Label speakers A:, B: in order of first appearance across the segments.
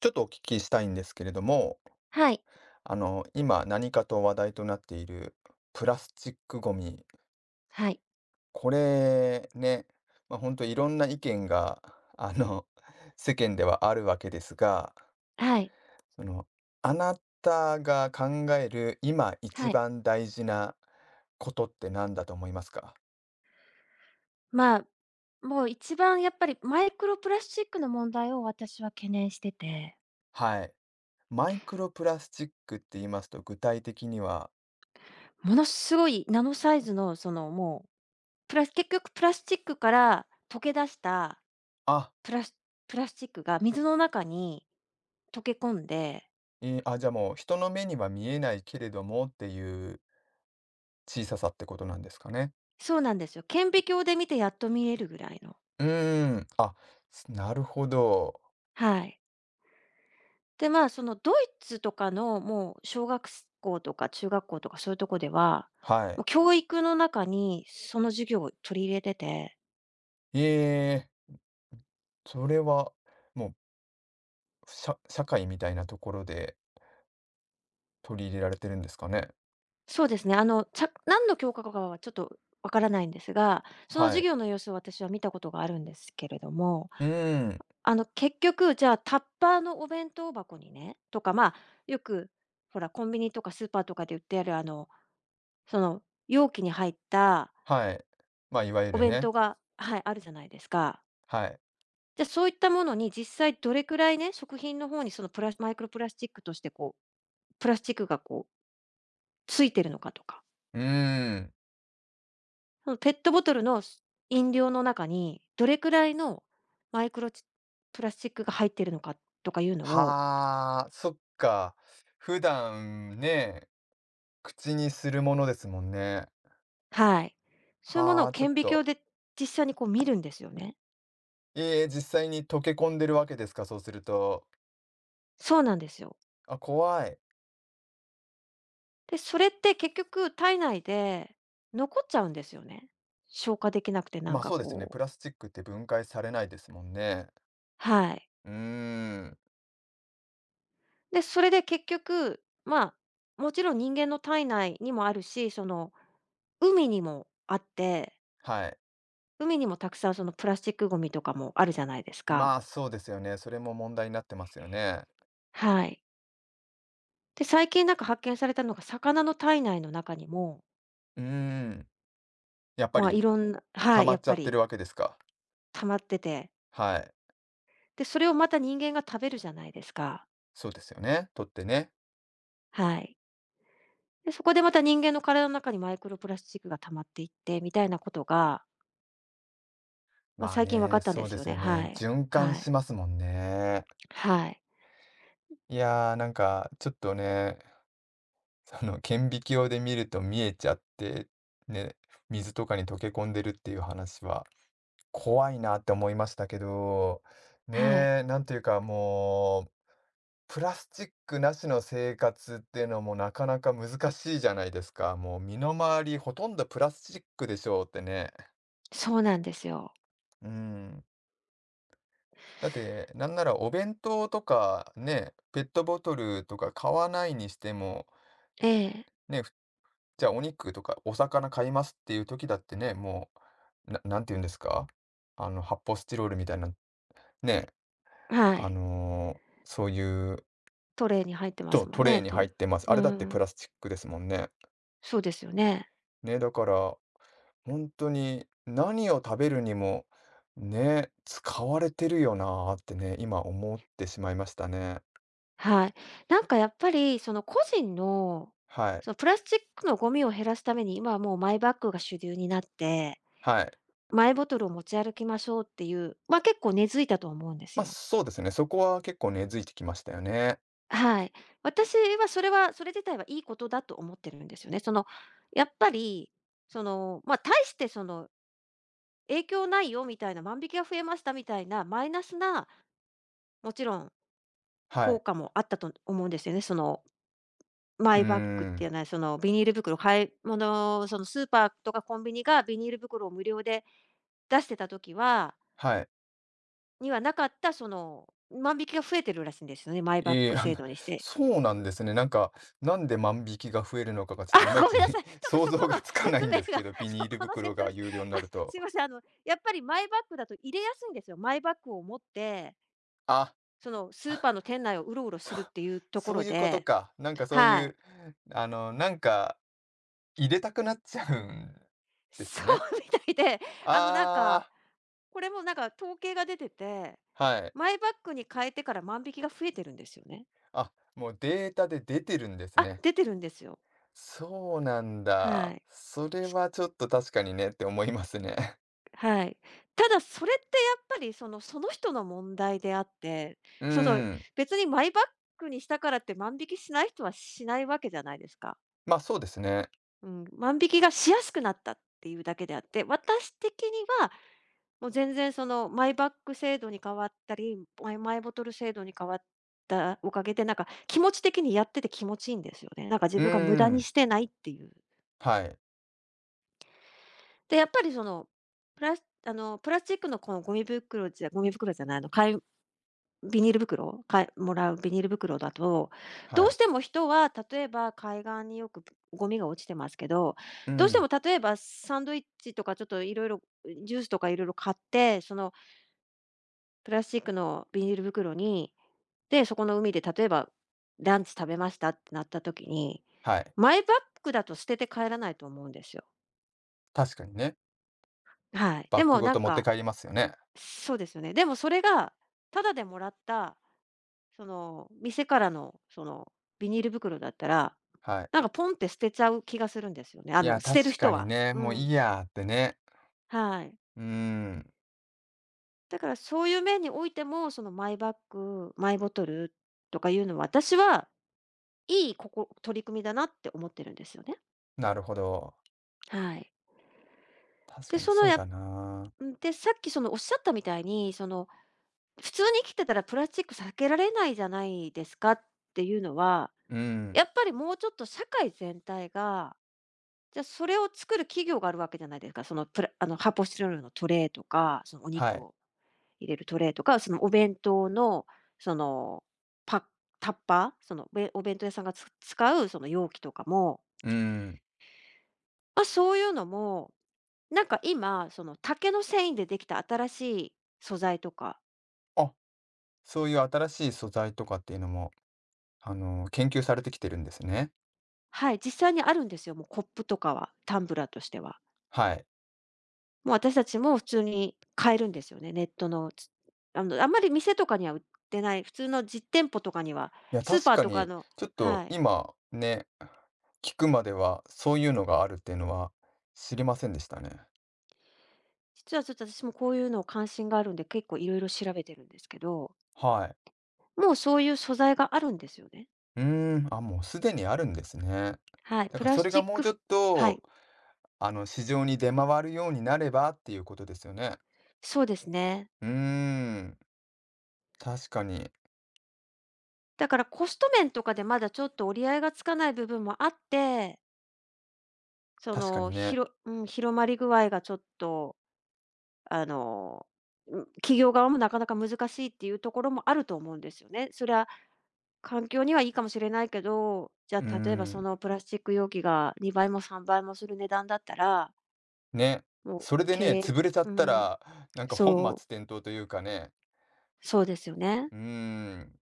A: ちょっとお聞きしたいんですけれども、
B: はい、
A: 今何かと話題となっているプラスチックごみ、
B: はい、
A: これね、本当いろんな意見が、あの、世間ではあるわけですが、
B: はい、
A: その、あなたが考える今
B: は
A: 一
B: い。
A: 番大事なことって何だと思いますか？
B: まあ、もう一番やっぱりマイクロプラスチックの問題を私は懸念してて、
A: はい。マイクロプラスチックって言いますと具体的には、
B: ものすごいナノサイズのそのもう、プラス結局プラスチックから溶け出した
A: あ、
B: プラスプラスチックが水の中に溶け込んで、
A: じゃあもう人の目には見えないけれどもっていう小ささってことなんですかね。
B: そうなんですよ。顕微鏡で見てやっと見えるぐらいの、
A: うーん、あ、すなるほど。
B: はい。で、まあ、そのドイツとかのもう小学校とか中学校とかそういうとこでは、
A: は
B: もう
A: い。
B: 教育の中にその授業を取り入れてて、
A: ええ、それは、もう、社社会みたいなところで取り入れられてるんですかね？
B: そうですね、あの、何の教科かはちょっとわからないんですが、その
A: は
B: 授
A: い。
B: 業の様子を私は見たことがあるんですけれども、
A: うーん、
B: あの、結局、じゃあタッパーのお弁当箱にね、とか、まあ、よく、ほら、コンビニとかスーパーとかで売ってある、あの、その容器に入った
A: はい。いわゆ
B: お
A: る
B: 弁当
A: ね、
B: が、はい、あるじゃないですか。
A: はい。
B: じゃ、そういったものに実際どれくらいね、食品の方にそのプラスマイクロプラスチックとしてこう、プラスチックがこうついてるのかとか、
A: うーん、
B: そのペットボトルの飲料の中にどれくらいのマイクロプラスチックが入ってるのかとかいうのを。
A: はあ、そっか。普段ね、口にするものですもんね。
B: はい。そういうものを
A: はあ、ちょっ
B: 顕微鏡
A: と、
B: で実際にこう見るんですよね。
A: ええ、実際に溶け込んでるわけですか、そうすると。
B: そうなんですよ。
A: あ、怖い。
B: で、それって結局体内で残っちゃうんですよね。消化できなくてなん
A: あ、
B: か
A: そうですね、
B: こう。
A: プラスチックって分解されないですもんね。
B: はい。
A: うーん、
B: で、それで結局、まあ、もちろん人間の体内にもあるし、その、海にもあって、
A: はい。
B: 海にもたくさんそのプラスチックゴミとかもあるじゃないですか。
A: そうですよね。それも問題になってますよね。
B: はい。で、最近なんか発見されたのが、魚の体内の中にも、
A: うーん、やっぱ
B: まあ、い
A: り
B: ろんな、
A: 溜
B: はい、
A: ま
B: や
A: っ
B: っ
A: ちゃ
B: ぱ
A: って
B: り
A: るわけですか。
B: 溜まってて、
A: はい、
B: で、それをまた人間が食べるじゃないですか。
A: そうですよね、取ってね。
B: はい。で、そこでまた人間の体の中にマイクロプラスチックが溜まっていってみたいなことが、まあ、最近分かったんで
A: そう
B: す
A: で
B: よ
A: す
B: ね。
A: よ
B: は
A: ね。
B: い。
A: 循環
B: は
A: し
B: い。
A: ますもんね。
B: はい。
A: いやー、なんかちょっとね、その顕微鏡で見ると見えちゃって、ね、水とかに溶け込んでるっていう話は怖いなって思いましたけど、
B: はい。
A: ね、えなんていうかもう、プラスチックなしの生活っていうのもなかなか難しいじゃないですか。もう身の回りほとんどプラスチックでしょうってね。
B: そうなんですよ。
A: うん。だって、なんならお弁当とかね、ペットボトルとか買わないにしても、
B: ええ、
A: ね、じゃあお肉とかお魚買いますっていう時だってね、もう、な、なんて言うんですか発泡スチロールみたいな、ね、
B: は
A: あ
B: い。
A: のーそういう
B: トレイに入ってます
A: と、
B: もん
A: トレ
B: ね、
A: イに
B: と、
A: 入ってます。あ
B: う
A: れだってプ
B: ん、
A: ラスチックですもんね。
B: そうですよね。
A: ね、だから、本当に何を食べるにも、ね、使われてるよなってね、今思ってしまいましたね。
B: はい。なんかやっぱりその個人の、
A: はい。
B: そのプラスチックのゴミを減らすために、今はもうマイバッグが主流になって、
A: はい。
B: マイボトルを持ち歩きましょうっていう、ま、結構根付いたと思うんです
A: あ、
B: よ。
A: そうですね、そこは結構根付いてきましたよね。
B: はい。私はそれは、それ自体はいいことだと思ってるんですよね。その、やっぱり、その、ま、大してその影響ないよみたいな、万引きが増えましたみたいなマイナスなもちろん
A: は
B: 効
A: い。
B: 果もあったと思うんですよね。そのマ
A: うー
B: イバッグっていう
A: ん。
B: のは、そのビニール袋、買い物、そのスーパーとかコンビニがビニール袋を無料で出してた時は
A: はい。
B: にはなかった、その万引きが増えてるらしいんですよね、マイバッ
A: ええ、
B: グ制度にして。
A: そうなんですね。なんか、なんで万引きが増えるのかがちょっとい
B: あ、
A: まい
B: ごめ
A: ち
B: んなさい。ち ょっと
A: 想
B: そ
A: 像
B: こ
A: が
B: の
A: つ かな
B: 説
A: いん
B: 明
A: です
B: が、
A: けど、ビ
B: そ
A: ニール
B: この
A: 袋
B: 説明、
A: が有料にな
B: あ、
A: る
B: す
A: と。
B: いません。あの、やっぱりマイバッグだと入れやすいんですよ。マイバッグを持って、
A: あ。
B: そのスーパーの店内をうろうろす
A: そ
B: るっていうとこ
A: そう
B: ろ
A: いうこと
B: で、
A: か。なんかそう
B: は
A: い
B: い。
A: う、あの、なんか入れたくなっちゃうんで
B: そ
A: す
B: う
A: ね。
B: みたいで、あのなんか、
A: ああ、
B: これもなんか統計が出てて、
A: はい。
B: マイバッグに変えてから万引きが増えてるんですよね。
A: あ、もうデータで出てるんです
B: あ、
A: ね。
B: 出てるんですよ。
A: そうなん
B: は
A: だ。
B: い。
A: それはちょっと確かにねって思いますね。
B: はい。ただそれってやっぱりその、その人の問題であって、
A: う
B: その
A: ん。
B: 別にマイバッグにしたからって万引きしない人はしないわけじゃないですか。
A: まあそうですね。
B: うん、万引きがしやすくなったっていうだけであって、私的にはもう全然そのマイバッグ制度に変わったり、マイボトル制度に変わったおかげで、なんか気持ち的にやってて気持ちいいんですよね。なんか自
A: う
B: 分が無駄に
A: ん。
B: してないっていう。
A: はい。
B: で、やっぱりその、プラスあの、プラスチックのこのゴミ袋じゃない、あの、ビニール袋、もらうビニール袋だと、ど
A: は
B: うし
A: い。
B: ても人は例えば海岸によくゴミが落ちてますけど、
A: う
B: どうして
A: ん。
B: も例えばサンドイッチとかちょっといろいろジュースとかいろいろ買って、そのプラスチックのビニール袋に、で、そこの海で例えばランチ食べましたってなった時に、
A: はい。
B: マイバッグだと捨てて帰らないと思うんですよ。
A: 確かにね。
B: はい。
A: バ
B: で
A: ッグ
B: も
A: ご
B: なん
A: と持って
B: か、
A: 帰りますよね。
B: そうですよね。でもそれが、タダでもらった、その、店からの、その、ビニール袋だったら、
A: はい。
B: なんかポンって捨てちゃう気がするんですよね。あ
A: い
B: の、
A: や、
B: 捨てる
A: 確か
B: 人
A: に
B: は。
A: ね。
B: う
A: もうい
B: ん。
A: いやってね。
B: はい。
A: うん。
B: だからそういう面においても、そのマイバッグ、マイボトルとかいうのは、私はいい取り組みだなって思ってるんですよね。
A: なるほど。
B: はい。
A: 確
B: で、
A: かに
B: その
A: そう
B: や
A: だな。
B: ん、で、さっきそのおっしゃったみたいに、その普通に生きてたらプラスチック避けられないじゃないですかっていうのは、
A: う
B: や
A: ん。
B: っぱりもうちょっと社会全体が、じゃ、それを作る企業があるわけじゃないですか。そのプラあの発泡スチロールのトレイとか、そのお
A: は
B: 肉
A: い。
B: を入れるトレイとか、そのお弁当のそのパッタッパー、そのお弁当屋さんが使うその容器とかも、
A: うん。
B: ま、そういうのもなんか今、その竹の繊維でできた新しい素材とか、
A: あ、そういう新しい素材とかっていうのも、研究されてきてるんですね。
B: はい、実際にあるんですよ。もうコップとかは、タンブラーとしては。
A: はい。
B: もう私たちも普通に買えるんですよね。ネットの、あの、あんまり店とかには売ってない、普通の実店舗とかには、
A: いや、
B: スー
A: 確
B: パー
A: か
B: とか
A: に、
B: の、
A: ちょっと
B: はい。
A: 今ね、聞くまではそういうのがあるっていうのは知りませんでしたね。
B: 実はちょっと私もこういうの関心があるんで、結構いろいろ調べてるんですけど、
A: はい。
B: もうそういう素材があるんですよね。
A: うーん、あ、もうすでにあるんですね。
B: はい、
A: だ
B: プ
A: から
B: ラ
A: そ
B: ス
A: れ
B: チ
A: が
B: ッ
A: もう
B: ク
A: ち
B: ふ
A: ょっ
B: はい、
A: と、市場に出回るようになればっていうことですよね。
B: そうですね。
A: うーん、確かに、
B: だからコスト面とかでまだちょっと折り合いがつかない部分もあって、そ
A: 確か
B: の、
A: にね。
B: うん、広まり具合がちょっと、あの、うん、企業側もなかなか難しいっていうところもあると思うんですよね。それは環境にはいいかもしれないけど、じゃ
A: うー
B: あ例えばそ
A: ん。
B: のプラスチック容器が2倍も3倍もする値段だったら、
A: ね、
B: もう
A: それでね、
B: け
A: 潰れちゃっ
B: う
A: た
B: ん、
A: ら、なんか本末
B: そう、
A: 転倒というかね、
B: そうですよね。
A: うーん、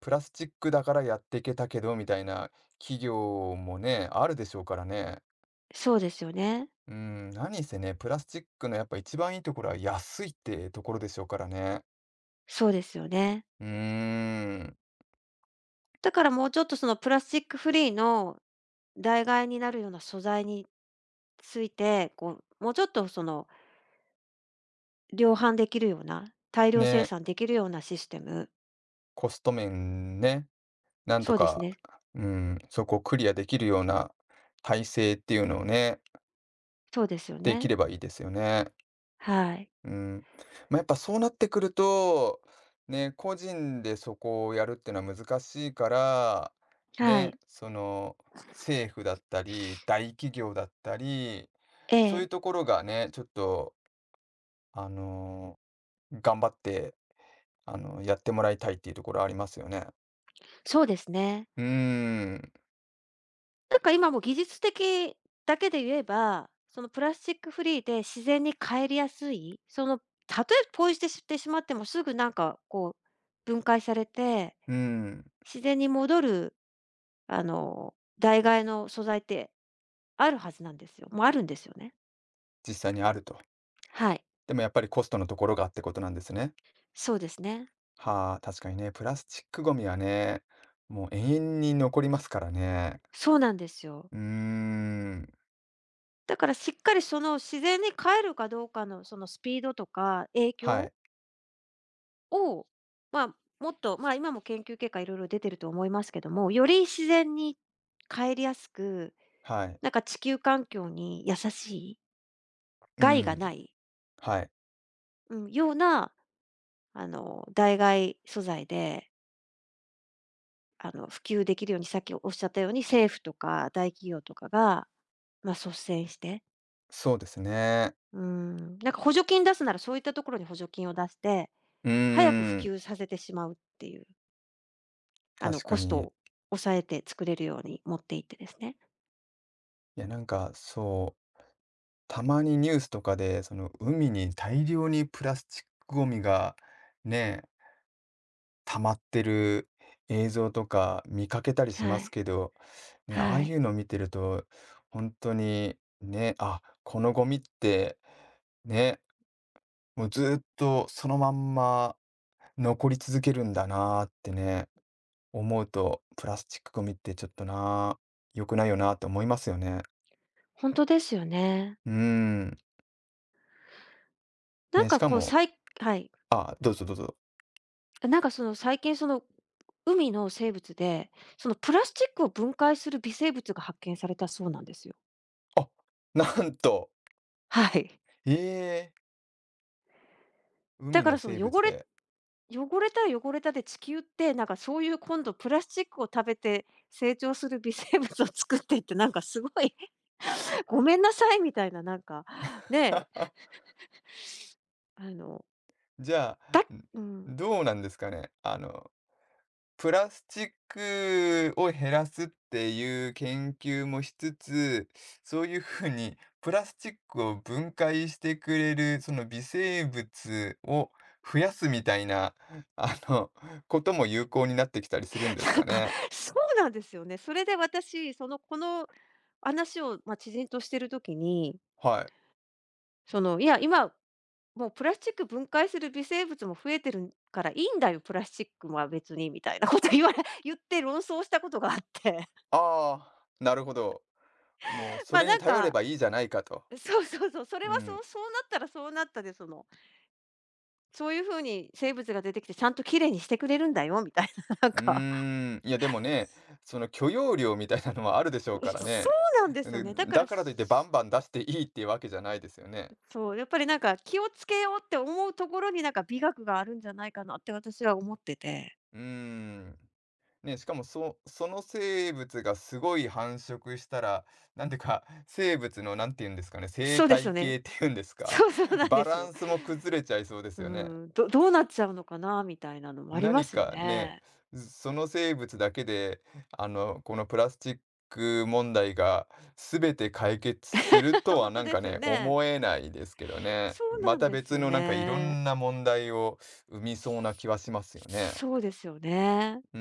A: プラスチックだからやってけたけどみたいな企業もね、あるでしょうからね。
B: そうですよね。
A: うーん、何せね、プラスチックのやっぱ一番いいところは安いってところでしょうからね。
B: そうですよね。
A: うーん、
B: だからもうちょっとそのプラスチックフリーの代替えになるような素材について、こう、もうちょっとその量販できるような、大量生
A: ね、
B: 産できるようなシステム。
A: コスト面ね、なんと
B: そうです
A: か、
B: ね。
A: うん、そこをクリアできるような体制っていうのをね、
B: そうですよ
A: でき
B: ね。
A: ればいいですよね。
B: はい。
A: うん。やっぱそうなってくると、ね、個人でそこをやるっていうのは難しいから、
B: は
A: ね、
B: い。
A: 政府だったり、大企業だったり、
B: え
A: そういうと
B: え。
A: ころがね、ちょっと、あの、頑張って、やってもらいたいっていうところありますよね。
B: そうですね。
A: うーん、
B: なんか今も技術的だけで言えば、そのプラスチックフリーで自然に帰りやすい、その、たとえポイ捨てしてしまってもすぐなんかこう分解されて、
A: うん、
B: 自然に戻るあの、代替えの素材ってあるはずなんですよ。もうあるんですよね。
A: 実際にあると。
B: はい、
A: でもやっぱりコストのところがってことなんですね。
B: そうですね。
A: はあ、確かにね、プラスチックゴミはね、もう永遠に残りますからね。
B: そうなんですよ。
A: うーん、
B: だからしっかりその自然に帰るかどうかのそのスピードとか影
A: は
B: 響
A: い、
B: を、まあ、もっと、まあ、今も研究結果いろいろ出てると思いますけども、より自然に帰りやすく、
A: はい、
B: なんか地球環境に優しい、
A: う
B: 害が
A: ん、
B: ない、
A: はい、
B: うん、ような、あの、代替素材で、あの、普及できるように、さっきおっしゃったように、政府とか大企業とかが、まあ、率先して、
A: そうですね。
B: うん、なんか補助金出すなら、そういったところに補助金を出して、
A: うー
B: 早く普
A: ん、
B: 及させてしまうっていう、あの、
A: 確
B: コ
A: か
B: スト
A: に。
B: を抑えて作れるように持っていってですね。
A: いや、なんか、そう、たまにニュースとかで、海に大量にプラスチックゴミが、ね、溜まってる映像とか見かけたりしま
B: は
A: す
B: い。
A: けど、ね、ああ
B: は
A: い
B: い。
A: うの見てると、本当に、ね、あ、このゴミって、ねもうずっとそのまんま残り続けるんだなーってね、思うと、プラスチックゴミってちょっとなー、良くないよなーって思いますよね。
B: 本当ですよね。
A: うーん。
B: なん
A: ね、し
B: か
A: か
B: こう、
A: も、
B: さいはい。
A: あ、どうぞどうぞ。
B: なんかその、最近その、海の生物で、そのプラスチックを分解する微生物が発見されたそうなんですよ。
A: あ、なんと、
B: はい。
A: ええー、
B: だ
A: 海
B: か
A: の
B: らその
A: 生物で。
B: 汚れたら汚れたで、地球って、なんかそういう今度プラスチックを食べて成長する微生物を作ってって、なんかすごい ごめんなさいみたいな、なんか、ねえ、あの、
A: じゃ
B: だ
A: あ、ん
B: うん、
A: どうなんですかね。プラスチックを減らすっていう研究もしつつ、そういうふうにプラスチックを分解してくれる、その微生物を増やすみたいな、あの、ことも有効になってきたりするんで す
B: な
A: か
B: んか、
A: ね。
B: そうなんですよね。それで私、その、この話を、まあ、知人としてる時に、
A: はい。
B: その、いや、今、もうプラスチック分解する微生物も増えてるからいいんだよ、プラスチックは別にみたいなこと言われ言って論争したことがあって、
A: あなるほど。もう そ
B: ま、あ、
A: れ
B: な
A: に
B: ん
A: 頼れ
B: か
A: ばいいじゃないかと。
B: そうそうそう、それ
A: う
B: はそ
A: ん。
B: う、そうなったらそうなったで、その、そういう風に生物が出てきてちゃんときれいにしてくれるんだよみたいな、なん
A: うー
B: か、
A: ん、いやでもね、その許容量みたいなのはあるでしょうから
B: そ
A: ね。
B: うなんですよ
A: で、
B: ね。だから、
A: だからといってバンバン出していいっていうわけじゃないですよね。
B: そう、やっぱりなんか気をつけようって思うところになんか美学があるんじゃないかなって私は思ってて。
A: うーん。ね、しかもその生物がすごい繁殖したら、なんていうか、生物のなんて言うんですかね、生
B: そうですよ
A: 態
B: ね。
A: 系っていうんです か、
B: そうそうなんで
A: バ
B: す
A: ラ
B: よ。
A: ンスも崩れちゃいそうで
B: う
A: すよね。
B: ん、どうなっちゃうのかなみたいなのもありま
A: 何
B: すよ
A: かね、
B: ね。
A: その生物だけで、このプラスチック問題が全て解決すると
B: ほん
A: は
B: と
A: なん
B: で
A: か
B: すよ
A: ね、
B: ね。
A: 思えないですけどね。
B: そうな
A: ま
B: ん
A: た
B: です
A: 別
B: よ
A: のなんかいろ
B: ね。
A: んな問題を生みそうな気はしますよね。
B: そうですよね。
A: うー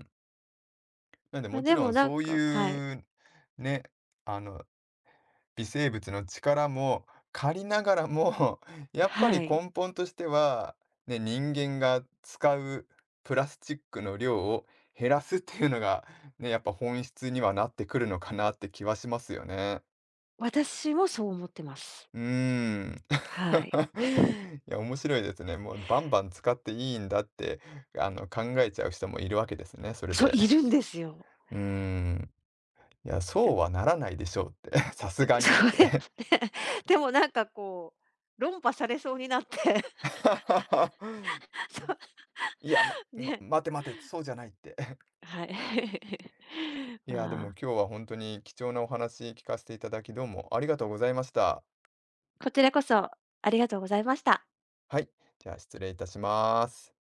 A: ん。なんで
B: あ、
A: もち
B: で
A: ろ
B: も
A: ん
B: なん
A: そう
B: かはい。
A: いうね、あの微生物の力も借りながらも、やっぱ
B: は
A: り
B: い。
A: 根本としては、ね、人間が使うプラスチックの量を減らすっていうのが、ね、やっぱ本質にはなってくるのかなって気はしますよね。
B: 私もそう思ってます。
A: うーん。
B: はい。
A: いや、面白いですね。もうバンバン使っていいんだって、考えちゃう人もいるわけですね、それ
B: そう、
A: で。
B: いるんですよ。
A: うーん。いや、そうはならないでしょうって、さす
B: え
A: が
B: そ
A: にっ
B: うやっ
A: て。
B: て、でもなんかこう、論破されそうになって、そ
A: いや、ま
B: う、
A: ま
B: ね、
A: 待て待て、そうじゃないって。
B: はい。
A: いや、で
B: ま
A: も
B: あ、
A: 今日は本当に貴重なお話聞かせていただき、どうもありがとうございました。
B: こちらこそありがとうございました。
A: はい、じゃあ失礼いたします。